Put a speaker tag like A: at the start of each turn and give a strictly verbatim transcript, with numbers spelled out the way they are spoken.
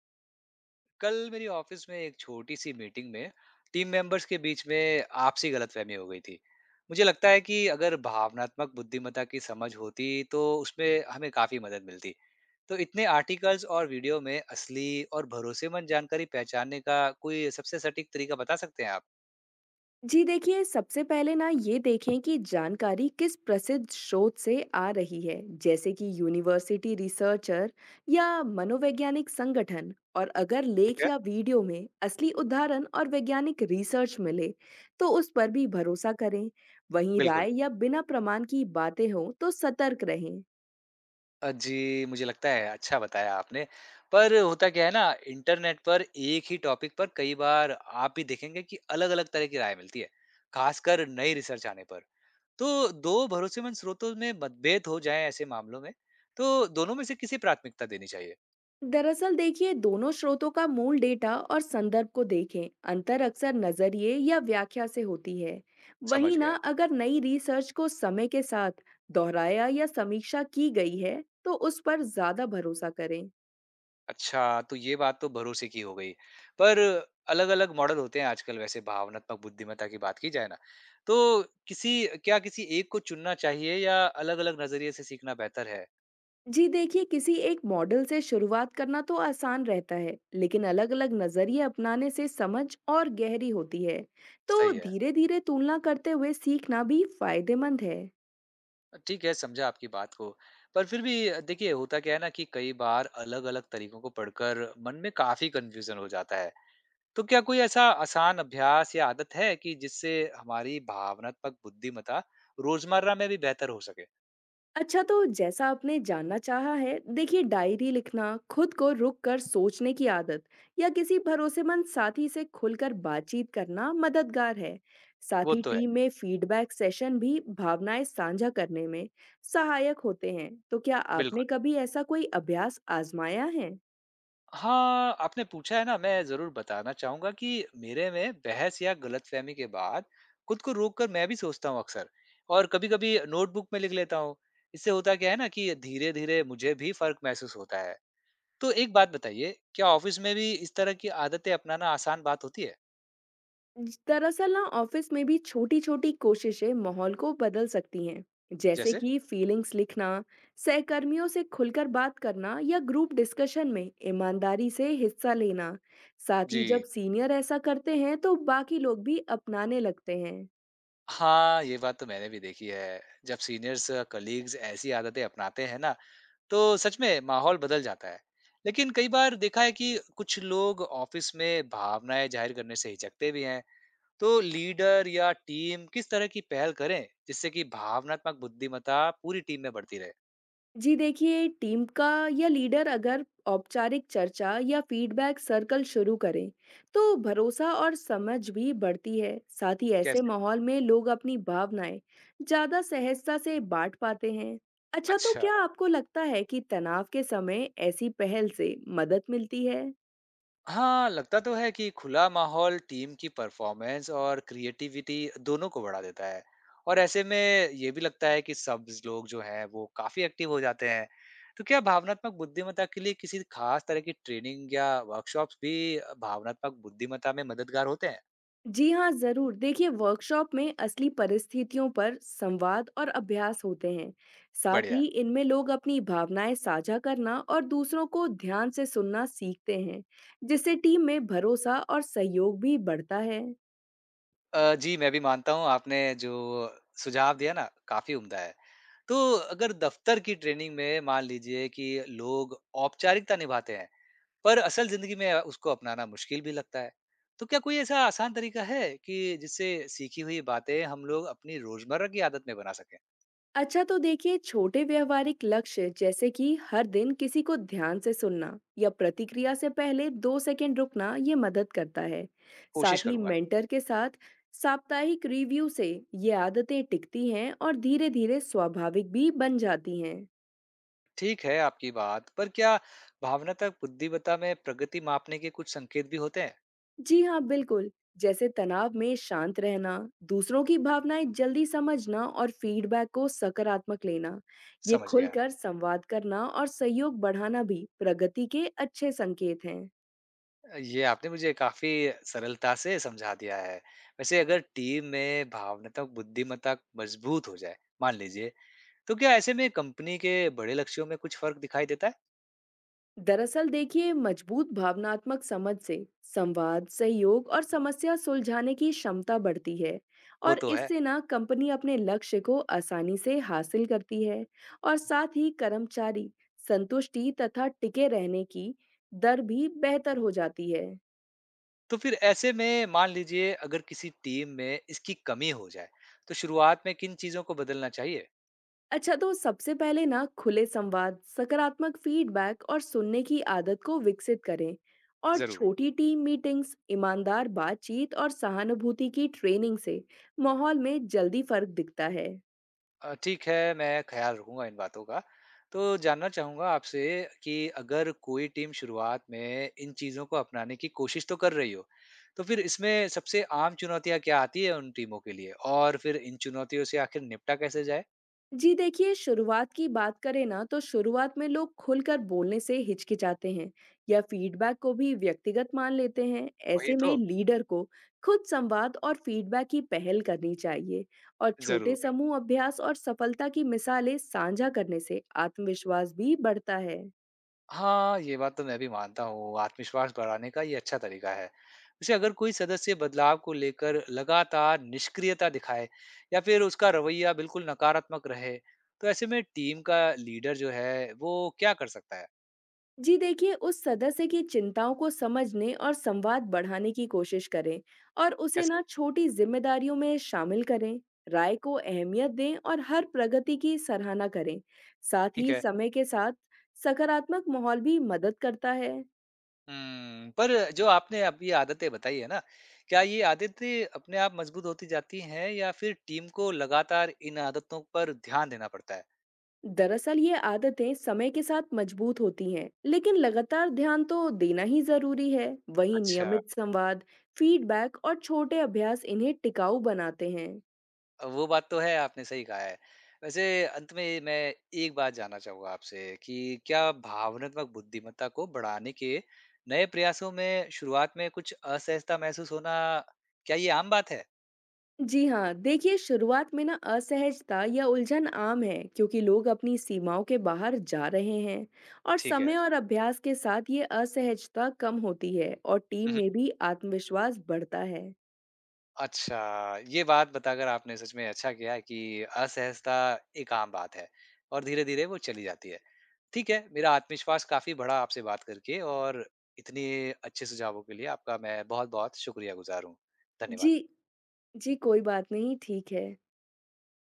A: कल मेरी ऑफिस में एक छोटी सी मीटिंग में टीम मेंबर्स के बीच में आपसी गलतफहमी हो गई थी। मुझे लगता है कि अगर भावनात्मक बुद्धिमत्ता की समझ होती तो उसमें हमें काफी मदद मिलती। तो इतने आर्टिकल्स और वीडियो में असली और भरोसेमंद जानकारी पहचानने का कोई सबसे सटीक तरीका बता सकते हैं आप?
B: जी देखिए, सबसे पहले ना ये देखें कि जानकारी किस प्रसिद्ध स्रोत से आ रही है, जैसे कि यूनिवर्सिटी रिसर्चर या मनोवैज्ञानिक संगठन। और अगर
A: ठीक
B: लेख
A: है।
B: या वीडियो में असली उदाहरण और वैज्ञानिक रिसर्च मिले, तो उस पर भी भरोसा करें। वहीं
A: बिल्कुल।
B: राय या बिना प्रमाण की बातें हों तो सतर्क रहें।
A: अ, जी, मुझे लगता है अच्छा बताया आपने। पर होता क्या है ना, इंटरनेट पर एक ही टॉपिक पर कई बार आप भी देखेंगे कि अलग-अलग तरह की राय मिलती है, ख़ासकर नई रिसर्च आने पर। तो दो भरोसेमंद स्रोतों में मतभेद हो जाएँ ऐसे मामलों में, तो दोनों में से किसे प्राथमिकता देनी चाहिए?
B: दरअसल देखिए, दोनों स्रोतों का मूल डेटा और संदर्भ को देखें। अंतर अक्सर नजरिए या व्याख्या से होती है।
A: समझ
B: वहीं ना
A: गया।
B: अगर नई रिसर्च को समय के साथ दोहराया या समीक्षा की गई है तो उस पर ज्यादा भरोसा करें।
A: अच्छा, तो ये बात तो भरोसे की हो गई। पर अलग-अलग मॉडल होते हैं आजकल वैसे, भावनात्मक बुद्धिमत्ता की बात की जाए ना, तो किसी क्या किसी एक को चुनना चाहिए या अलग-अलग नज़रिए से सीखना बेहतर है?
B: जी देखिए, किसी एक मॉडल से शुरुआत करना तो आसान रहता है, लेकिन अलग अलग नजरिए अपनाने से समझ और गहरी होती है। तो
A: सही है।
B: धीरे धीरे तुलना करते हुए सीखना भी फायदेमंद है।
A: ठीक है, समझा आपकी बात को। पर फिर भी अ, देखिए होता क्या है ना कि कई बार अलग-अलग तरीकों को पढ़कर मन में काफ़ी कन्फ्यूज़न हो जाता है। तो क्या कोई ऐसा आसान अभ्यास या आदत है कि जिससे हमारी भावनात्मक बुद्धिमत्ता रोज़मर्रा में भी बेहतर हो सके?
B: अच्छा, तो जैसा आपने जानना चाहा है, देखिए डायरी लिखना, खुद को रुक कर सोचने की आदत या किसी भरोसेमंद साथी से खुलकर बातचीत करना मददगार है। साथ
A: वो
B: ही
A: तो है,
B: टीम में फीडबैक सेशन भी भावनाएं साझा करने में सहायक होते हैं। तो क्या
A: बिल्कुल।
B: आपने कभी ऐसा कोई अभ्यास आजमाया है?
A: हाँ, आपने पूछा है ना, मैं ज़रूर बताना चाहूँगा कि मेरे में बहस या गलतफ़हमी के बाद खुद को रोक कर मैं भी सोचता हूँ अक्सर, और कभी-कभी नोटबुक में लिख लेता हूँ। इससे होता क्या है ना कि धीरे-धीरे मुझे भी फ़र्क महसूस होता है। तो एक बात बताइए, क्या ऑफ़िस में भी इस तरह की आदतें अपनाना आसान बात होती है?
B: ज- दरअसल ना ऑफिस में भी छोटी छोटी कोशिशें माहौल को बदल सकती हैं, जैसे
A: जैसे?
B: कि फीलिंग्स लिखना, सहकर्मियों से खुलकर बात करना या ग्रुप डिस्कशन में ईमानदारी से हिस्सा लेना। साथ ही
A: जी।
B: जब सीनियर ऐसा करते हैं तो बाकी लोग भी अपनाने लगते हैं।
A: हाँ, ये बात तो मैंने भी देखी है। जब सीनियर्स, कलीग्स ऐसी आदतें अपनाते हैं ना, तो सच में माहौल बदल जाता है। लेकिन कई बार देखा है कि कुछ लोग ऑफिस में भावनाएं जाहिर करने से हिचकते भी हैं। तो लीडर या टीम किस तरह की पहल करें जिससे कि भावनात्मक बुद्धिमत्ता पूरी टीम में बढ़ती रहे?
B: जी देखिए, टीम का या लीडर अगर औपचारिक चर्चा या फीडबैक सर्कल शुरू करें, तो भरोसा और समझ भी बढ़ती है। साथ ही ऐसे
A: कैसे?
B: माहौल में लोग अपनी भावनाएं ज्यादा सहजता से बांट पाते हैं। अच्छा, तो
A: अच्छा।
B: क्या आपको लगता है कि तनाव के समय ऐसी पहल से मदद मिलती है?
A: हाँ, लगता तो है कि खुला माहौल टीम की परफॉर्मेंस और क्रिएटिविटी दोनों को बढ़ा देता है। और ऐसे में ये भी लगता है कि सब लोग जो हैं वो काफ़ी एक्टिव हो जाते हैं। तो क्या भावनात्मक बुद्धिमत्ता के लिए किसी खास तरह की ट्रेनिंग या वर्कशॉप्स भी भावनात्मक बुद्धिमत्ता में मददगार होते हैं?
B: जी हाँ, ज़रूर। देखिए, वर्कशॉप में असली परिस्थितियों पर संवाद और अभ्यास होते हैं। साथ
A: बढ़िया।
B: ही इनमें लोग अपनी भावनाएं साझा करना और दूसरों को ध्यान से सुनना सीखते हैं, जिससे टीम में भरोसा और सहयोग भी बढ़ता है।
A: अ, जी, मैं भी मानता हूँ आपने जो सुझाव दिया ना काफ़ी उम्दा है। तो अगर दफ्तर की ट्रेनिंग में मान लीजिए कि लोग औपचारिकता निभाते हैं पर असल जिंदगी में उसको अपनाना मुश्किल भी लगता है। तो क्या कोई ऐसा आसान तरीका है कि जिससे सीखी हुई बातें हम लोग अपनी रोजमर्रा की आदत में बना सकें?
B: अच्छा, तो देखिए, छोटे व्यवहारिक लक्ष्य, जैसे कि हर दिन किसी को ध्यान से सुनना या प्रतिक्रिया से पहले दो सेकंड रुकना, ये मदद करता है।
A: कोशिश
B: साथ ही
A: करूंगा।
B: मेंटर के साथ साप्ताहिक रिव्यू से ये आदतें टिकती हैं और धीरे धीरे स्वाभाविक भी बन जाती हैं।
A: ठीक है आपकी बात, पर क्या भावनात्मक बुद्धिमत्ता में प्रगति मापने के कुछ संकेत भी होते हैं?
B: जी हाँ, बिल्कुल। जैसे तनाव में शांत रहना, दूसरों की भावनाएं जल्दी समझना और फीडबैक को सकारात्मक लेना, ये
A: समझ गया।
B: खुलकर संवाद करना और सहयोग बढ़ाना भी प्रगति के अच्छे संकेत हैं।
A: ये आपने मुझे काफी सरलता से समझा दिया है। वैसे अगर टीम में भावनात्मक बुद्धिमत्ता मजबूत हो जाए, मान लीजिए, तो क्या ऐसे में कंपनी के बड़े लक्ष्यों में कुछ फर्क दिखाई देता है?
B: दरअसल देखिए, मजबूत भावनात्मक समझ से संवाद, सहयोग और समस्या सुलझाने की क्षमता बढ़ती है,
A: वो
B: और
A: तो है।
B: इससे ना कंपनी अपने लक्ष्य को आसानी से हासिल करती है। और साथ ही कर्मचारी संतुष्टि तथा टिके रहने की दर भी बेहतर हो जाती है।
A: तो फिर ऐसे में मान लीजिए अगर किसी टीम में इसकी कमी हो जाए तो शुरुआत में किन चीजों को बदलना चाहिए?
B: अच्छा, तो सबसे पहले ना खुले संवाद, सकारात्मक फीडबैक और सुनने की आदत को विकसित करें। और
A: जरूर।
B: छोटी टीम मीटिंग्स, ईमानदार बातचीत और सहानुभूति की ट्रेनिंग से माहौल में जल्दी फर्क दिखता है।
A: अ, ठीक है, मैं ख्याल रखूंगा इन बातों का। तो जानना चाहूंगा आपसे कि अगर कोई टीम शुरुआत में इन चीजों को अपनाने की कोशिश तो कर रही हो, तो फिर इसमें सबसे आम चुनौतियां क्या आती है उन टीमों के लिए, और फिर इन चुनौतियों से आखिर निपटा कैसे जाए?
B: जी देखिए, शुरुआत की बात करें ना, तो शुरुआत में लोग खुलकर बोलने से हिचकिचाते हैं या फीडबैक को भी व्यक्तिगत मान लेते हैं।
A: वही
B: ऐसे में
A: तो।
B: लीडर को खुद संवाद और फीडबैक की पहल करनी चाहिए, और छोटे
A: जरूर।
B: समूह अभ्यास और सफलता की मिसालें साझा करने से आत्मविश्वास भी बढ़ता है।
A: हाँ, ये बात तो मैं भी मानता हूँ, आत्मविश्वास बढ़ाने का ये अच्छा तरीका है। वैसे अगर कोई सदस्य बदलाव को लेकर लगातार निष्क्रियता दिखाए या फिर उसका रवैया बिल्कुल नकारात्मक रहे, तो ऐसे में टीम का लीडर जो है, वो क्या कर सकता है?
B: जी देखिए, उस सदस्य की चिंताओं को समझने और संवाद बढ़ाने की कोशिश करें, और उसे
A: कैसे?
B: ना छोटी जिम्मेदारियों में शामिल करें। राय को अहमियत दें और हर प्रगति की सराहना करें। साथ
A: ठीक
B: ही
A: है।
B: समय के साथ सकारात्मक माहौल भी मदद करता है।
A: हुँ, पर जो आपने अब ये आदतें बताई है ना, क्या ये आदतें अपने आप मजबूत होती जाती हैं या फिर टीम को लगातार इन आदतों पर ध्यान देना पड़ता है?
B: दरअसल ये आदतें समय के साथ मजबूत होती हैं, लेकिन लगातार ध्यान तो देना ही जरूरी है। वहीं
A: अच्छा।
B: नियमित संवाद, फीडबैक और छोटे अभ्यास इन्हें टिकाऊ बनाते हैं।
A: वो बात तो है, आपने सही कहा है। वैसे अंत में मैं एक बात जानना चाहूँगा आपसे कि क्या भावनात्मक बुद्धिमत्ता को बढ़ाने के नए प्रयासों में शुरुआत में कुछ असहजता महसूस होना, क्या ये आम बात है?
B: जी हाँ, देखिए, शुरुआत में ना असहजता या उलझन आम है, क्योंकि लोग अपनी सीमाओं के बाहर जा रहे हैं। और
A: ठीक है।
B: समय और अभ्यास के साथ ये असहजता कम होती है और टीम
A: हुँ, हुँ।
B: में भी आत्मविश्वास बढ़ता है।
A: अच्छा, ये बात बताकर आपने सच में अच्छा किया है कि असहजता एक आम बात है और धीरे-धीरे वो चली जाती है। ठीक है, मेरा आत्मविश्वास काफ़ी बढ़ा आपसे बात करके, और इतने अच्छे सुझावों के लिए आपका मैं बहुत-बहुत शुक्रियागुज़ार हूँ। धन्यवाद।
B: जी, जी कोई बात नहीं, ठीक है।